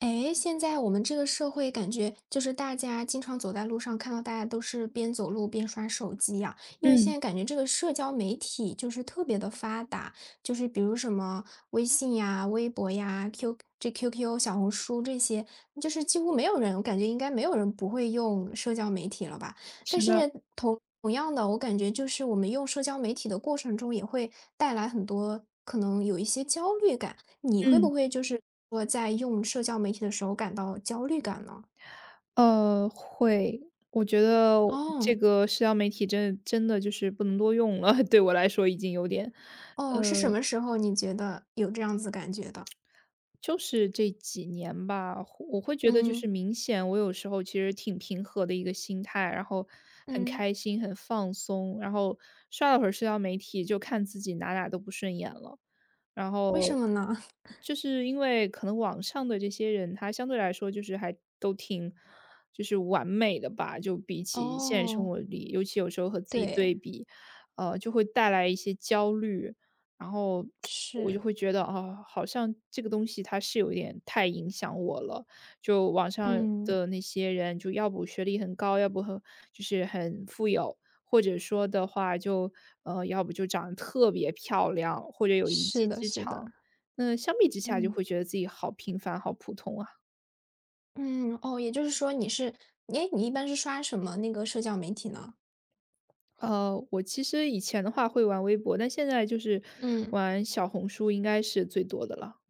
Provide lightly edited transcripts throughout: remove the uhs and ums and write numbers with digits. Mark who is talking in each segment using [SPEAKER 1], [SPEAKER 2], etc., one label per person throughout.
[SPEAKER 1] 哎，现在我们这个社会感觉就是大家经常走在路上，看到大家都是边走路边刷手机呀、因为现
[SPEAKER 2] 嗯，
[SPEAKER 1] 在感觉这个社交媒体就是特别的发达，就是比如什么微信呀、微博呀、QQ、小红书这些，就是几乎没有人，我感觉应该没有人不会用社交媒体了吧？但
[SPEAKER 2] 是
[SPEAKER 1] 是
[SPEAKER 2] 的，
[SPEAKER 1] 同样的，我感觉就是我们用社交媒体的过程中，也会带来很多可能有一些焦虑感。你会不
[SPEAKER 2] 嗯，
[SPEAKER 1] 会就是说在用社交媒体的时候感到焦虑感呢？
[SPEAKER 2] 会，我觉得这
[SPEAKER 1] 哦，
[SPEAKER 2] 个社交媒体真的就是不能多用了，对我来说已经有点。
[SPEAKER 1] 哦，是什么时候你觉得有这样子感觉的？
[SPEAKER 2] 就是这几年吧，我会觉得就是
[SPEAKER 1] 嗯，
[SPEAKER 2] 明显，我有时候其实挺平和的一个心态，然后很
[SPEAKER 1] 嗯，
[SPEAKER 2] 开心、很放松，然后刷了会儿社交媒体，就看自己哪哪都不顺眼了，然
[SPEAKER 1] 为什
[SPEAKER 2] 后
[SPEAKER 1] 么呢？
[SPEAKER 2] 就是因为可能网上的这些人，他相对来说就是还都挺就是完美的吧，就比 起现实生
[SPEAKER 1] 哦，
[SPEAKER 2] 活里，尤其有时候和自己
[SPEAKER 1] 对，
[SPEAKER 2] 对比，就会带来一些焦虑，然后我就
[SPEAKER 1] 是，
[SPEAKER 2] 会觉得啊，好像这个东西它是有点太影响我了。就网上
[SPEAKER 1] 嗯，
[SPEAKER 2] 的那些人，就要不学历很高，要不很就是很富有，或者说的话就要不就长得特别漂亮，或者有一
[SPEAKER 1] 是
[SPEAKER 2] 技
[SPEAKER 1] 的，
[SPEAKER 2] 之
[SPEAKER 1] 是的，
[SPEAKER 2] 长。那相比之下，就
[SPEAKER 1] 嗯，
[SPEAKER 2] 会觉得自己好平凡、好普通啊。
[SPEAKER 1] 嗯，哦，也就是说你是，哎，你一般是刷什么那个社交媒体呢？
[SPEAKER 2] 我其实以前的话会玩微博，但现在就是
[SPEAKER 1] 嗯。
[SPEAKER 2] 玩小红书，应该是最多的了。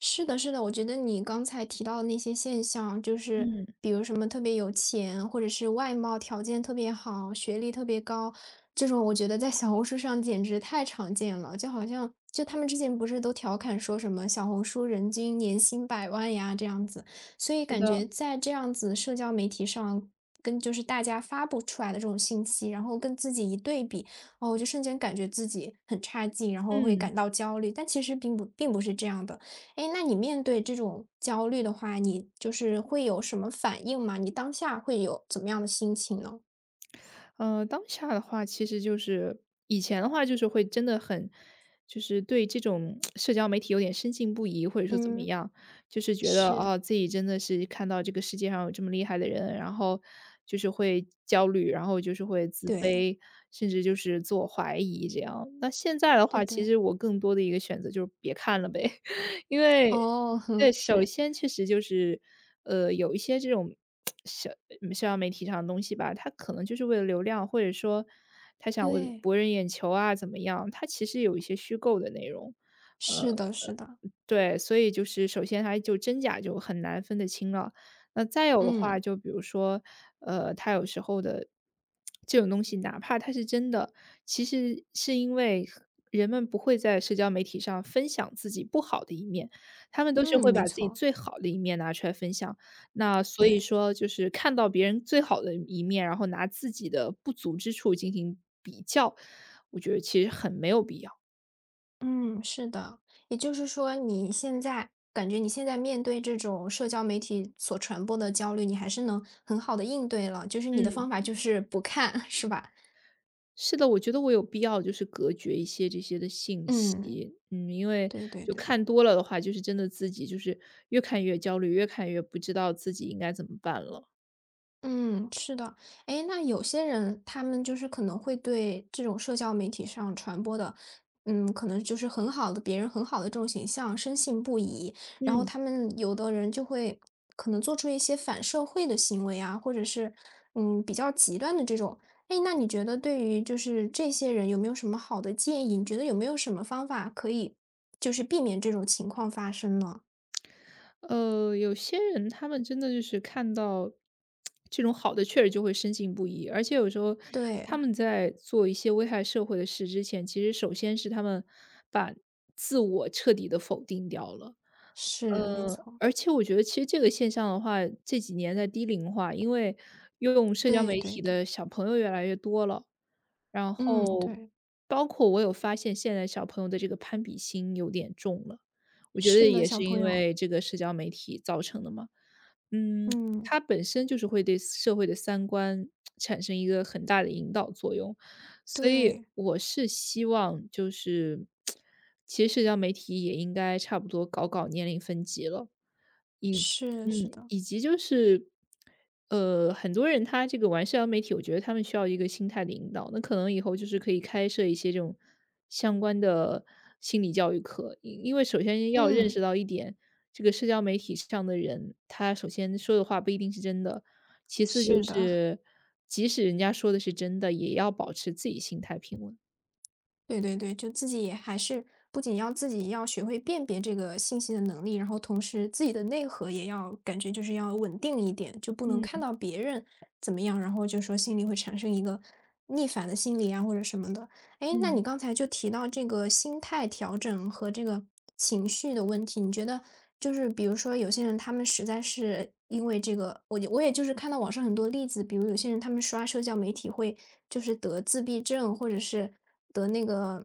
[SPEAKER 1] 是的，是的，我觉得你刚才提到的那些现象，就是
[SPEAKER 2] 嗯，
[SPEAKER 1] 比如什么特别有钱，或者是外貌条件特别好，学历特别高，这种我觉得在小红书上简直太常见了。就好像就他们之前不是都调侃说什么小红书人均年薪100万呀这样子，所以
[SPEAKER 2] 是
[SPEAKER 1] 感
[SPEAKER 2] 的，
[SPEAKER 1] 觉在这样子社交媒体上。跟就是大家发布出来的这种信息，然后跟自己一对比，哦，我就瞬间感觉自己很差劲，然后会
[SPEAKER 2] 嗯。
[SPEAKER 1] 感到焦虑，但其实并不是这样的。哎，那你面对这种焦虑的话，你就是会有什么反应吗？你当下会有怎么样的心情呢？
[SPEAKER 2] 当下的话其实就是以前的话就是会真的很就是对这种 社交媒体有点深信不疑，或者说怎么
[SPEAKER 1] 嗯，
[SPEAKER 2] 样，就是觉得，
[SPEAKER 1] 是，
[SPEAKER 2] 啊，自己真的是看到这个世界上有这么厉害的人，然后就是会焦虑，然后就是会自
[SPEAKER 1] 对，
[SPEAKER 2] 卑，甚至就是自我怀疑这样。那现在的
[SPEAKER 1] 对
[SPEAKER 2] 话，其
[SPEAKER 1] 对，
[SPEAKER 2] 实我更多的一个选择就是别看了呗，因为
[SPEAKER 1] 哦，
[SPEAKER 2] 对，
[SPEAKER 1] 哼，
[SPEAKER 2] 首
[SPEAKER 1] 是，
[SPEAKER 2] 先确实就是，有一些这种社社交媒体上的东西吧，它可能就是为了流量，或者说他想为
[SPEAKER 1] 对，
[SPEAKER 2] 博人眼球啊，怎么样？它其实有一些虚构的内容，呃，
[SPEAKER 1] 是的，是的，
[SPEAKER 2] 对，所以就是首先它就真假就很难分得清了。那再有的话，
[SPEAKER 1] 嗯
[SPEAKER 2] 就比如说，它有时候的这种东西，哪怕它是真的，其实是因为人们不会在社交媒体上分享自己不好的一面，他们都是
[SPEAKER 1] 嗯，
[SPEAKER 2] 会
[SPEAKER 1] 没
[SPEAKER 2] 把自己
[SPEAKER 1] 错，
[SPEAKER 2] 最好的一面拿出来分享，那所以
[SPEAKER 1] 对，
[SPEAKER 2] 说就是看到别人最好的一面，然后拿自己的不足之处进行比较，我觉得其实很没有必要。
[SPEAKER 1] 嗯，是的。也就是说，你现在感觉你现在面对这种社交媒体所传播的焦虑，你还是能很好的应对了，就是你的
[SPEAKER 2] 嗯，
[SPEAKER 1] 方法就是不看，是吧？
[SPEAKER 2] 是的，我觉得我有必要就是隔绝一些这些的信
[SPEAKER 1] 嗯，
[SPEAKER 2] 息，因为
[SPEAKER 1] 对对
[SPEAKER 2] 就
[SPEAKER 1] 对。
[SPEAKER 2] 看多了的话，就是真的自己就是越看越焦虑，越看越不知道自己应该怎么办了。
[SPEAKER 1] 嗯，是的，哎，那有些人他们就是可能会对这种社交媒体上传播的，嗯，可能就是很好的别人很好的这种形象深信不疑，然后
[SPEAKER 2] 嗯。
[SPEAKER 1] 他们有的人就会可能做出一些反社会的行为啊，或者是嗯比较极端的这种。哎，那你觉得对于就是这些人有没有什么好的建议？你觉得有没有什么方法可以就是避免这种情况发生呢？
[SPEAKER 2] 有些人他们真的就是看到这种好的确实就会深信不疑，而且有时候
[SPEAKER 1] 对，
[SPEAKER 2] 他们在做一些危害社会的事之前，其实首先是他们把自我彻底的否定掉了。
[SPEAKER 1] 是没错，
[SPEAKER 2] 而且我觉得其实这个现象的话，这几年在低龄化，因为用社交
[SPEAKER 1] 对
[SPEAKER 2] 媒
[SPEAKER 1] 对
[SPEAKER 2] 体
[SPEAKER 1] 对，
[SPEAKER 2] 的小朋友越来越多了，然
[SPEAKER 1] 嗯，
[SPEAKER 2] 后
[SPEAKER 1] 对。
[SPEAKER 2] 包括我有发现现在小朋友的这个攀比心有点重了，我觉得
[SPEAKER 1] 是的，
[SPEAKER 2] 也
[SPEAKER 1] 小
[SPEAKER 2] 是
[SPEAKER 1] 朋
[SPEAKER 2] 因
[SPEAKER 1] 友，
[SPEAKER 2] 为这个社交媒体造成的嘛。嗯，
[SPEAKER 1] 嗯，
[SPEAKER 2] 它本身就是会对社会的三观产生一个很大的引导作用。所以
[SPEAKER 1] 对，
[SPEAKER 2] 我是希望就是，其实社交媒体也应该差不多搞搞年龄分级了。以
[SPEAKER 1] 是是
[SPEAKER 2] 嗯，
[SPEAKER 1] 的，
[SPEAKER 2] 以及就是，很多人他这个玩社交媒体，我觉得他们需要一个心态的引导。那可能以后就是可以开设一些这种相关的心理教育课，因为首先要认识
[SPEAKER 1] 嗯，
[SPEAKER 2] 到一点，这个社交媒体上的人，他首先说的话不一定是真的，其次就
[SPEAKER 1] 是的，
[SPEAKER 2] 是，即使人家说的是真的，也要保持自己心态平稳。
[SPEAKER 1] 对对对，就自己也还是不仅要自己要学会辨别这个信息的能力，然后同时自己的内核也要感觉就是要稳定一点，就不能看
[SPEAKER 2] 嗯
[SPEAKER 1] 到别人怎么样，然后就说心里会产生一个逆反的心理啊或者什么的。哎，诶那
[SPEAKER 2] 嗯
[SPEAKER 1] 你刚才就提到这个心态调整和这个情绪的问题，你觉得就是比如说有些人他们实在是因为这个，我也就是看到网上很多例子，比如有些人他们刷社交媒体会就是得自闭症，或者是得那个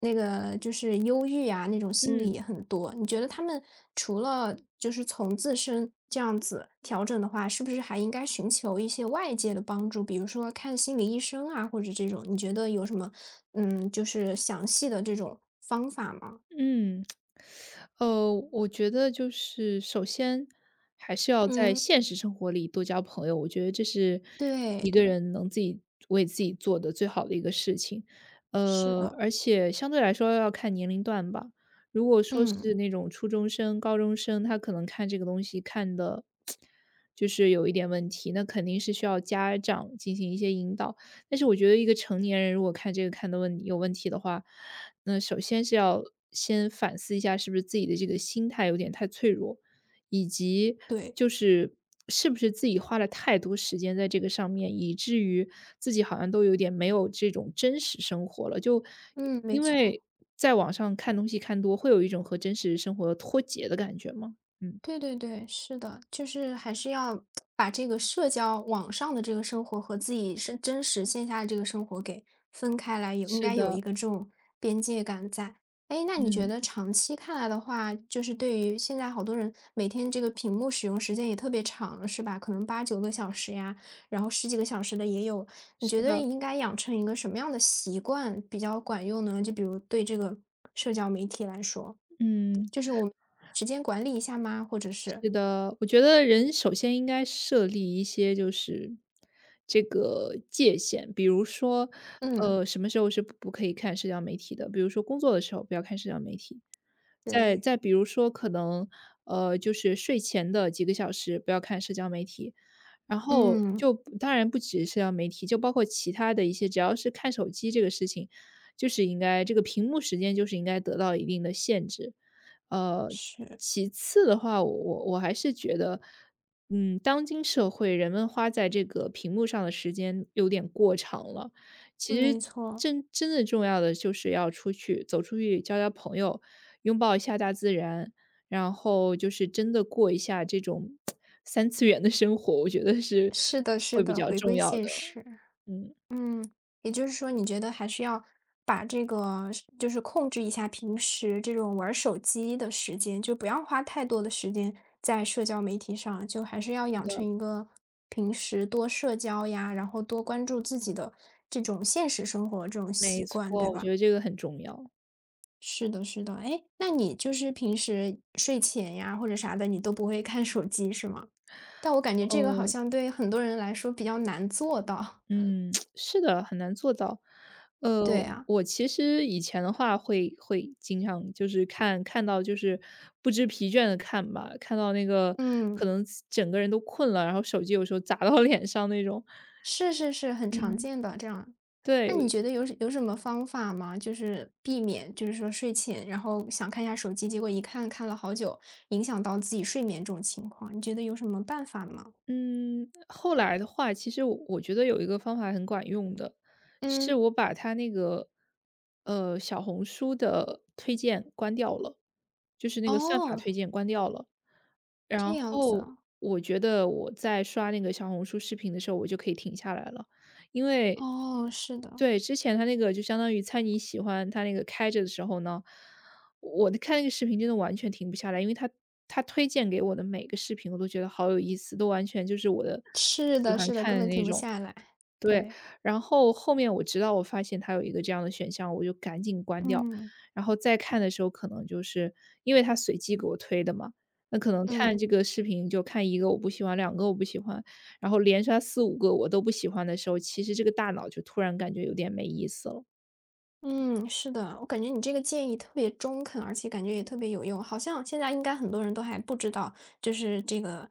[SPEAKER 1] 那个就是忧郁啊，那种心理
[SPEAKER 2] 嗯。
[SPEAKER 1] 也很多。你觉得他们除了就是从自身这样子调整的话，是不是还应该寻求一些外界的帮助，比如说看心理医生啊，或者这种？你觉得有什么嗯，就是详细的这种方法吗？
[SPEAKER 2] 嗯，我觉得就是首先还是要在
[SPEAKER 1] 嗯，
[SPEAKER 2] 现实生活里多交朋友，我觉得这是
[SPEAKER 1] 对
[SPEAKER 2] 一个
[SPEAKER 1] 对，
[SPEAKER 2] 人能自己为自己做的最好的一个事情。
[SPEAKER 1] 是的。
[SPEAKER 2] 而且相对来说要看年龄段吧。如果说是
[SPEAKER 1] 嗯。
[SPEAKER 2] 那种初中生、高中生，他可能看这个东西看的，就是有一点问题，那肯定是需要家长进行一些引导。但是我觉得一个成年人如果看这个看的有问题的话，那首先是要先反思一下是不是自己的这个心态有点太脆弱，以及
[SPEAKER 1] 对。
[SPEAKER 2] 就是是不是自己花了太多时间在这个上面，以至于自己好像都有点没有这种真实生活了。就
[SPEAKER 1] 嗯，没
[SPEAKER 2] 因
[SPEAKER 1] 错，
[SPEAKER 2] 为在网上看东西看多，会有一种和真实生活脱节的感觉吗？嗯，
[SPEAKER 1] 对对对，是的，就是还是要把这个社交网上的这个生活和自己是真实线下的这个生活给分开来，有应
[SPEAKER 2] 是
[SPEAKER 1] 该有
[SPEAKER 2] 的，
[SPEAKER 1] 一个这种边界感在。哎，那你觉
[SPEAKER 2] 嗯，
[SPEAKER 1] 得长期看来的话，就是对于现在好多人每天这个屏幕使用时间也特别长，是吧？可能八九个小时呀，然后十几个小时的也有。你觉
[SPEAKER 2] 是
[SPEAKER 1] 得
[SPEAKER 2] 的，
[SPEAKER 1] 应该养成一个什么样的习惯比较管用呢？就比如对这个社交媒体来说。
[SPEAKER 2] 嗯。
[SPEAKER 1] 就是我们时间管理一下吗？或者是
[SPEAKER 2] 是的，我觉得人首先应该设立一些就是这个界限，比如说，
[SPEAKER 1] 嗯。
[SPEAKER 2] 什么时候是不可以看社交媒体的，比如说工作的时候不要看社交媒体，再
[SPEAKER 1] 对。
[SPEAKER 2] 再比如说可能就是睡前的几个小时不要看社交媒体，然后
[SPEAKER 1] 嗯，
[SPEAKER 2] 就当然不止社交媒体，就包括其他的一些，只要是看手机这个事情，就是应该这个屏幕时间就是应该得到一定的限制。呃，
[SPEAKER 1] 是，
[SPEAKER 2] 其次的话，我还是觉得，当今社会人们花在这个屏幕上的时间有点过长了。其实
[SPEAKER 1] 没错，
[SPEAKER 2] 真的重要的就是要出去走出去交交朋友，拥抱一下大自然，然后就是真的过一下这种三次元的生活，我觉得是
[SPEAKER 1] 是的
[SPEAKER 2] 会
[SPEAKER 1] 是
[SPEAKER 2] 比
[SPEAKER 1] 的，
[SPEAKER 2] 较
[SPEAKER 1] 回
[SPEAKER 2] 重
[SPEAKER 1] 归
[SPEAKER 2] 要的。
[SPEAKER 1] 现实。
[SPEAKER 2] 嗯，
[SPEAKER 1] 嗯，也就是说你觉得还是要把这个就是控制一下平时这种玩儿手机的时间，就不要花太多的时间在社交媒体上，就还是要
[SPEAKER 2] 是
[SPEAKER 1] 养成
[SPEAKER 2] 的，
[SPEAKER 1] 一个平时多社交呀，然后多关注自己的这种现实生活这种
[SPEAKER 2] 没
[SPEAKER 1] 习惯，
[SPEAKER 2] 错，
[SPEAKER 1] 对
[SPEAKER 2] 我觉
[SPEAKER 1] 吧？
[SPEAKER 2] 得这个很重要。
[SPEAKER 1] 是的，是的。哎，那你就是平时睡前呀或者啥的，你都不会看手机是吗？但我感觉这个好
[SPEAKER 2] 嗯。
[SPEAKER 1] 像对很多人来说比较难做到。
[SPEAKER 2] 嗯，是的，很难做到。呃，
[SPEAKER 1] 对啊，
[SPEAKER 2] 我其实以前的话会经常就是看到就是不知疲倦的看吧，看到那个可
[SPEAKER 1] 嗯，
[SPEAKER 2] 能整个人都困了，然后手机有时候砸到 脸上那种。
[SPEAKER 1] 是是是，很常
[SPEAKER 2] 嗯，
[SPEAKER 1] 见的这样。那你
[SPEAKER 2] 对，
[SPEAKER 1] 觉得有什么方法吗？就是避免，就是说睡前，然后想看一下手机，结果一看看了好久，影响到自己睡眠这种情况，你觉得有什么办法吗？
[SPEAKER 2] 嗯，后来的话，其实我觉得有一个方法很管用的，是
[SPEAKER 1] 嗯，
[SPEAKER 2] 我把它那个，小红书的推荐关掉了，就是那个算法
[SPEAKER 1] 哦，
[SPEAKER 2] 推荐关掉了。然
[SPEAKER 1] 这样子
[SPEAKER 2] 后
[SPEAKER 1] 啊，
[SPEAKER 2] 我觉得我在刷那个小红书视频的时候，我就可以停下来了，因为
[SPEAKER 1] 哦，是的。
[SPEAKER 2] 对，之前他那个就相当于猜你喜欢，他那个开着的时候呢，我的看那个视频真的完全停不下来，因为他推荐给我的每个视频我都觉得好有意思，都完全就是我的
[SPEAKER 1] 是
[SPEAKER 2] 喜
[SPEAKER 1] 的，
[SPEAKER 2] 欢
[SPEAKER 1] 是的，
[SPEAKER 2] 看
[SPEAKER 1] 根
[SPEAKER 2] 的
[SPEAKER 1] 本
[SPEAKER 2] 那
[SPEAKER 1] 停不
[SPEAKER 2] 种。
[SPEAKER 1] 下来，
[SPEAKER 2] 对，
[SPEAKER 1] 对，
[SPEAKER 2] 然后后面我知道我发现它有一个这样的选项，我就赶紧关掉。
[SPEAKER 1] 嗯，
[SPEAKER 2] 然后再看的时候，可能就是因为它随机给我推的嘛，那可能看
[SPEAKER 1] 嗯。
[SPEAKER 2] 这个视频就看一个我不喜欢，两个我不喜欢，然后连刷四五个我都不喜欢的时候，其实这个大脑就突然感觉有点没意思了。
[SPEAKER 1] 嗯，是的，我感觉你这个建议特别中肯，而且感觉也特别有用。好像现在应该很多人都还不知道，就是这个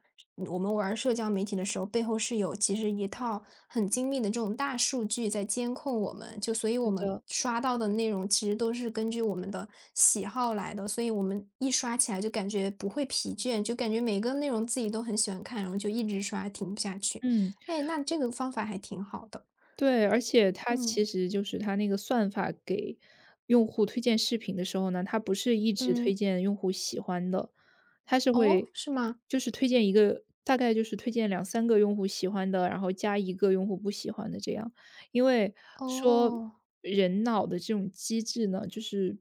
[SPEAKER 1] 我们玩社交媒体的时候，背后是有其实一套很精密的这种大数据在监控我们，就所以
[SPEAKER 2] 是
[SPEAKER 1] 我们
[SPEAKER 2] 的，
[SPEAKER 1] 刷到的内容其实都是根据我们的喜好来的，所以我们一刷起来就感觉不会疲倦，就感觉每个内容自己都很喜欢看，然后就一直刷，停不下去。
[SPEAKER 2] 嗯。
[SPEAKER 1] 哎，那这个方法还挺好的。
[SPEAKER 2] 对，而且它
[SPEAKER 1] 嗯
[SPEAKER 2] 其实就是它那个算法给用户推荐视频的时候呢，它不是一直推
[SPEAKER 1] 嗯，
[SPEAKER 2] 荐用户喜欢的，它是
[SPEAKER 1] 哦，
[SPEAKER 2] 会
[SPEAKER 1] 是吗？
[SPEAKER 2] 就是推荐一个大概就是推荐两三个用户喜欢的，然后加一个用户不喜欢的这样。因为说
[SPEAKER 1] 哦，
[SPEAKER 2] 人脑的这种机制呢，就是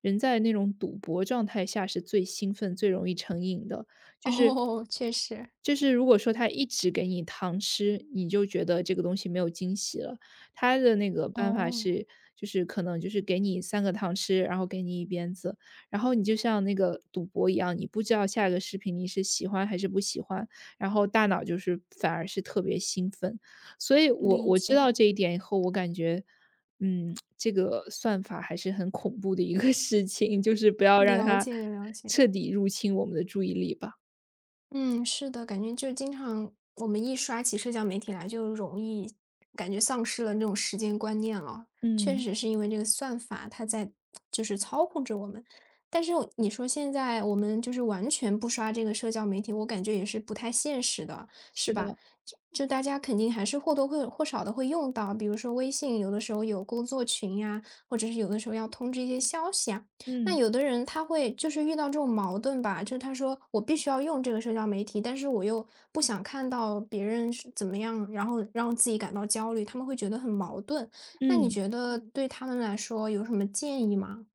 [SPEAKER 2] 人在那种赌博状态下是最兴奋、最容易成瘾的。就是
[SPEAKER 1] 哦，确实，
[SPEAKER 2] 就是如果说他一直给你糖吃，你就觉得这个东西没有惊喜了。他的那个办法
[SPEAKER 1] 哦，
[SPEAKER 2] 是，就是可能就是给你三个糖吃，然后给你一鞭子，然后你就像那个赌博一样，你不知道下一个视频你是喜欢还是不喜欢，然后大脑就是反而是特别兴奋。所以我
[SPEAKER 1] 理
[SPEAKER 2] 我知
[SPEAKER 1] 解，
[SPEAKER 2] 道这一点以后，我感觉，这个算法还是很恐怖的一个事情，就是不要让
[SPEAKER 1] 了
[SPEAKER 2] 它
[SPEAKER 1] 解了解。
[SPEAKER 2] 彻底入侵我们的注意力吧。
[SPEAKER 1] 嗯，是的，感觉就经常我们一刷起社交媒体来，就容易感觉丧失了那种时间观念了。确
[SPEAKER 2] 嗯，
[SPEAKER 1] 实是因为这个算法，它在就是操控着我们。但是我你说现在我们就是完全不刷这个社交媒体，我感觉也是不太现实的，是
[SPEAKER 2] 是的，
[SPEAKER 1] 吧？就大家肯定还是或多或少的会用到，比如说微信，有的时候有工作群呀，或者是有的时候要通知一些消息啊，那
[SPEAKER 2] 嗯，
[SPEAKER 1] 有的人他会就是遇到这种矛盾吧，就是他说我必须要用这个社交媒体，但是我又不想看到别人是怎么样，然后让自己感到焦虑，他们会觉得很矛盾。那你
[SPEAKER 2] 嗯。
[SPEAKER 1] 觉得对他们来说有什么建议吗？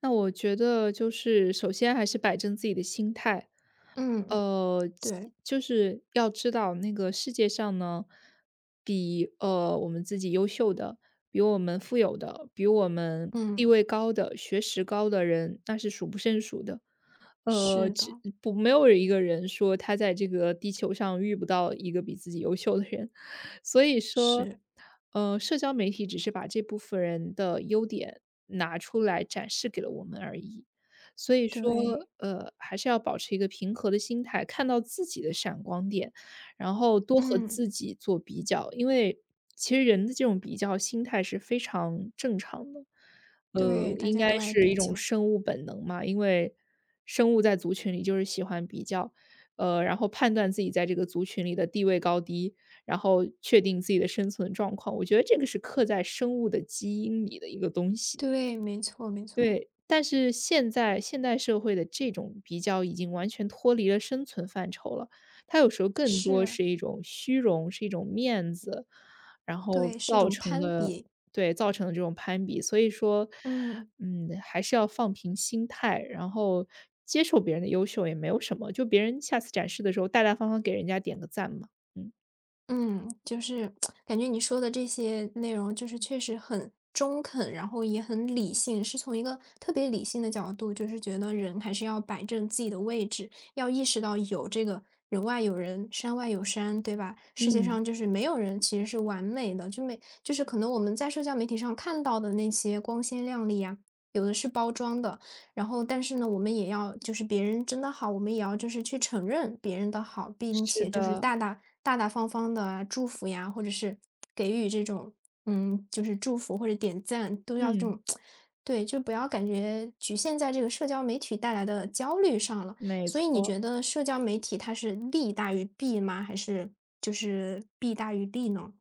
[SPEAKER 2] 那我觉得就是首先还是摆正自己的心态，
[SPEAKER 1] 嗯，
[SPEAKER 2] 其
[SPEAKER 1] 对，
[SPEAKER 2] 就是要知道那个世界上呢，比，我们自己优秀的，比我们富有的，比我们地
[SPEAKER 1] 嗯，
[SPEAKER 2] 位高的、学识高的人，那是数不胜数的。
[SPEAKER 1] 是
[SPEAKER 2] 只
[SPEAKER 1] 的，
[SPEAKER 2] 不没有一个人说他在这个地球上遇不到一个比自己优秀的人。所以说，
[SPEAKER 1] 是，
[SPEAKER 2] 社交媒体只是把这部分人的优点拿出来展示给了我们而已。所以说，
[SPEAKER 1] 对，
[SPEAKER 2] 还是要保持一个平和的心态，看到自己的闪光点，然后多和
[SPEAKER 1] 嗯，
[SPEAKER 2] 自己做比较。因为其实人的这种比较心态是非常正常的，
[SPEAKER 1] 对，大
[SPEAKER 2] 应
[SPEAKER 1] 家都
[SPEAKER 2] 该
[SPEAKER 1] 爱
[SPEAKER 2] 是
[SPEAKER 1] 比
[SPEAKER 2] 一种
[SPEAKER 1] 较，
[SPEAKER 2] 生物本能嘛。因为生物在族群里就是喜欢比较，然后判断自己在这个族群里的地位高低，然后确定自己的生存状况，我觉得这个是刻在生物的基因里的一个东西。
[SPEAKER 1] 对，没错，没错，
[SPEAKER 2] 对，但是现在现代社会的这种比较已经完全脱离了生存范畴了，它有时候更多
[SPEAKER 1] 是，
[SPEAKER 2] 是一种虚荣，是一种面子，然后
[SPEAKER 1] 对，是一
[SPEAKER 2] 造
[SPEAKER 1] 种
[SPEAKER 2] 成
[SPEAKER 1] 攀
[SPEAKER 2] 的
[SPEAKER 1] 比，
[SPEAKER 2] 对，造成的这种攀比。所以说，
[SPEAKER 1] 嗯。
[SPEAKER 2] 还是要放平心态，然后接受别人的优秀也没有什么，就别人下次展示的时候大大方方给人家点个赞嘛，嗯。
[SPEAKER 1] 嗯，就是感觉你说的这些内容，就是确实很中肯，然后也很理性，是从一个特别理性的角度，就是觉得人还是要摆正自己的位置，要意识到有这个人外有人，山外有山，对吧？世界
[SPEAKER 2] 嗯。
[SPEAKER 1] 上就是没有人其实是完美的，就没就是可能我们在社交媒体上看到的那些光鲜亮丽啊，有的是包装的，然后，但是呢，我们也要就是别人真的好，我们也要就是去承认别人的好，并
[SPEAKER 2] 是
[SPEAKER 1] 且就是
[SPEAKER 2] 的，
[SPEAKER 1] 大大大大方方的祝福呀，或者是给予这种嗯，就是祝福或者点赞，都要这
[SPEAKER 2] 嗯，
[SPEAKER 1] 种，对，就不要感觉局限在这个社交媒体带来的焦虑上了。
[SPEAKER 2] 没
[SPEAKER 1] 所以你
[SPEAKER 2] 错。
[SPEAKER 1] 觉得社交媒体它是利大于弊吗？还是就是弊大于利呢？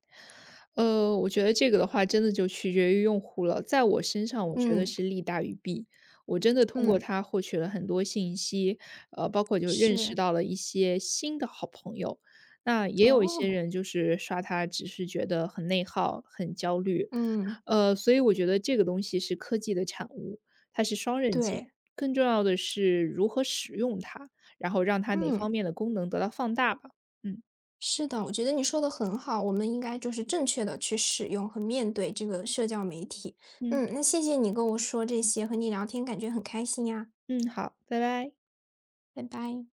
[SPEAKER 2] 我觉得这个的话真的就取决于用户了。在我身上，我觉得
[SPEAKER 1] 嗯
[SPEAKER 2] 是利大于弊。我真的通过
[SPEAKER 1] 嗯，
[SPEAKER 2] 它获取了很多信息，包括就认识
[SPEAKER 1] 是，
[SPEAKER 2] 到了一些新的好朋友。那也有一些
[SPEAKER 1] 哦，
[SPEAKER 2] 人就是刷它，只是觉得很内耗、很焦虑。
[SPEAKER 1] 嗯，
[SPEAKER 2] 所以我觉得这个东西是科技的产物，它是双刃剑。
[SPEAKER 1] 对，
[SPEAKER 2] 更重要的是如何使用它，然后让它哪
[SPEAKER 1] 嗯。
[SPEAKER 2] 方面的功能得到放大吧。嗯。
[SPEAKER 1] 是的，我觉得你说的很好，我们应该就是正确的去使用和面对这个社交媒体。
[SPEAKER 2] 嗯。
[SPEAKER 1] 嗯，那谢谢你跟我说这些，和你聊天感觉很开心呀，
[SPEAKER 2] 嗯，好，拜拜。
[SPEAKER 1] 拜拜。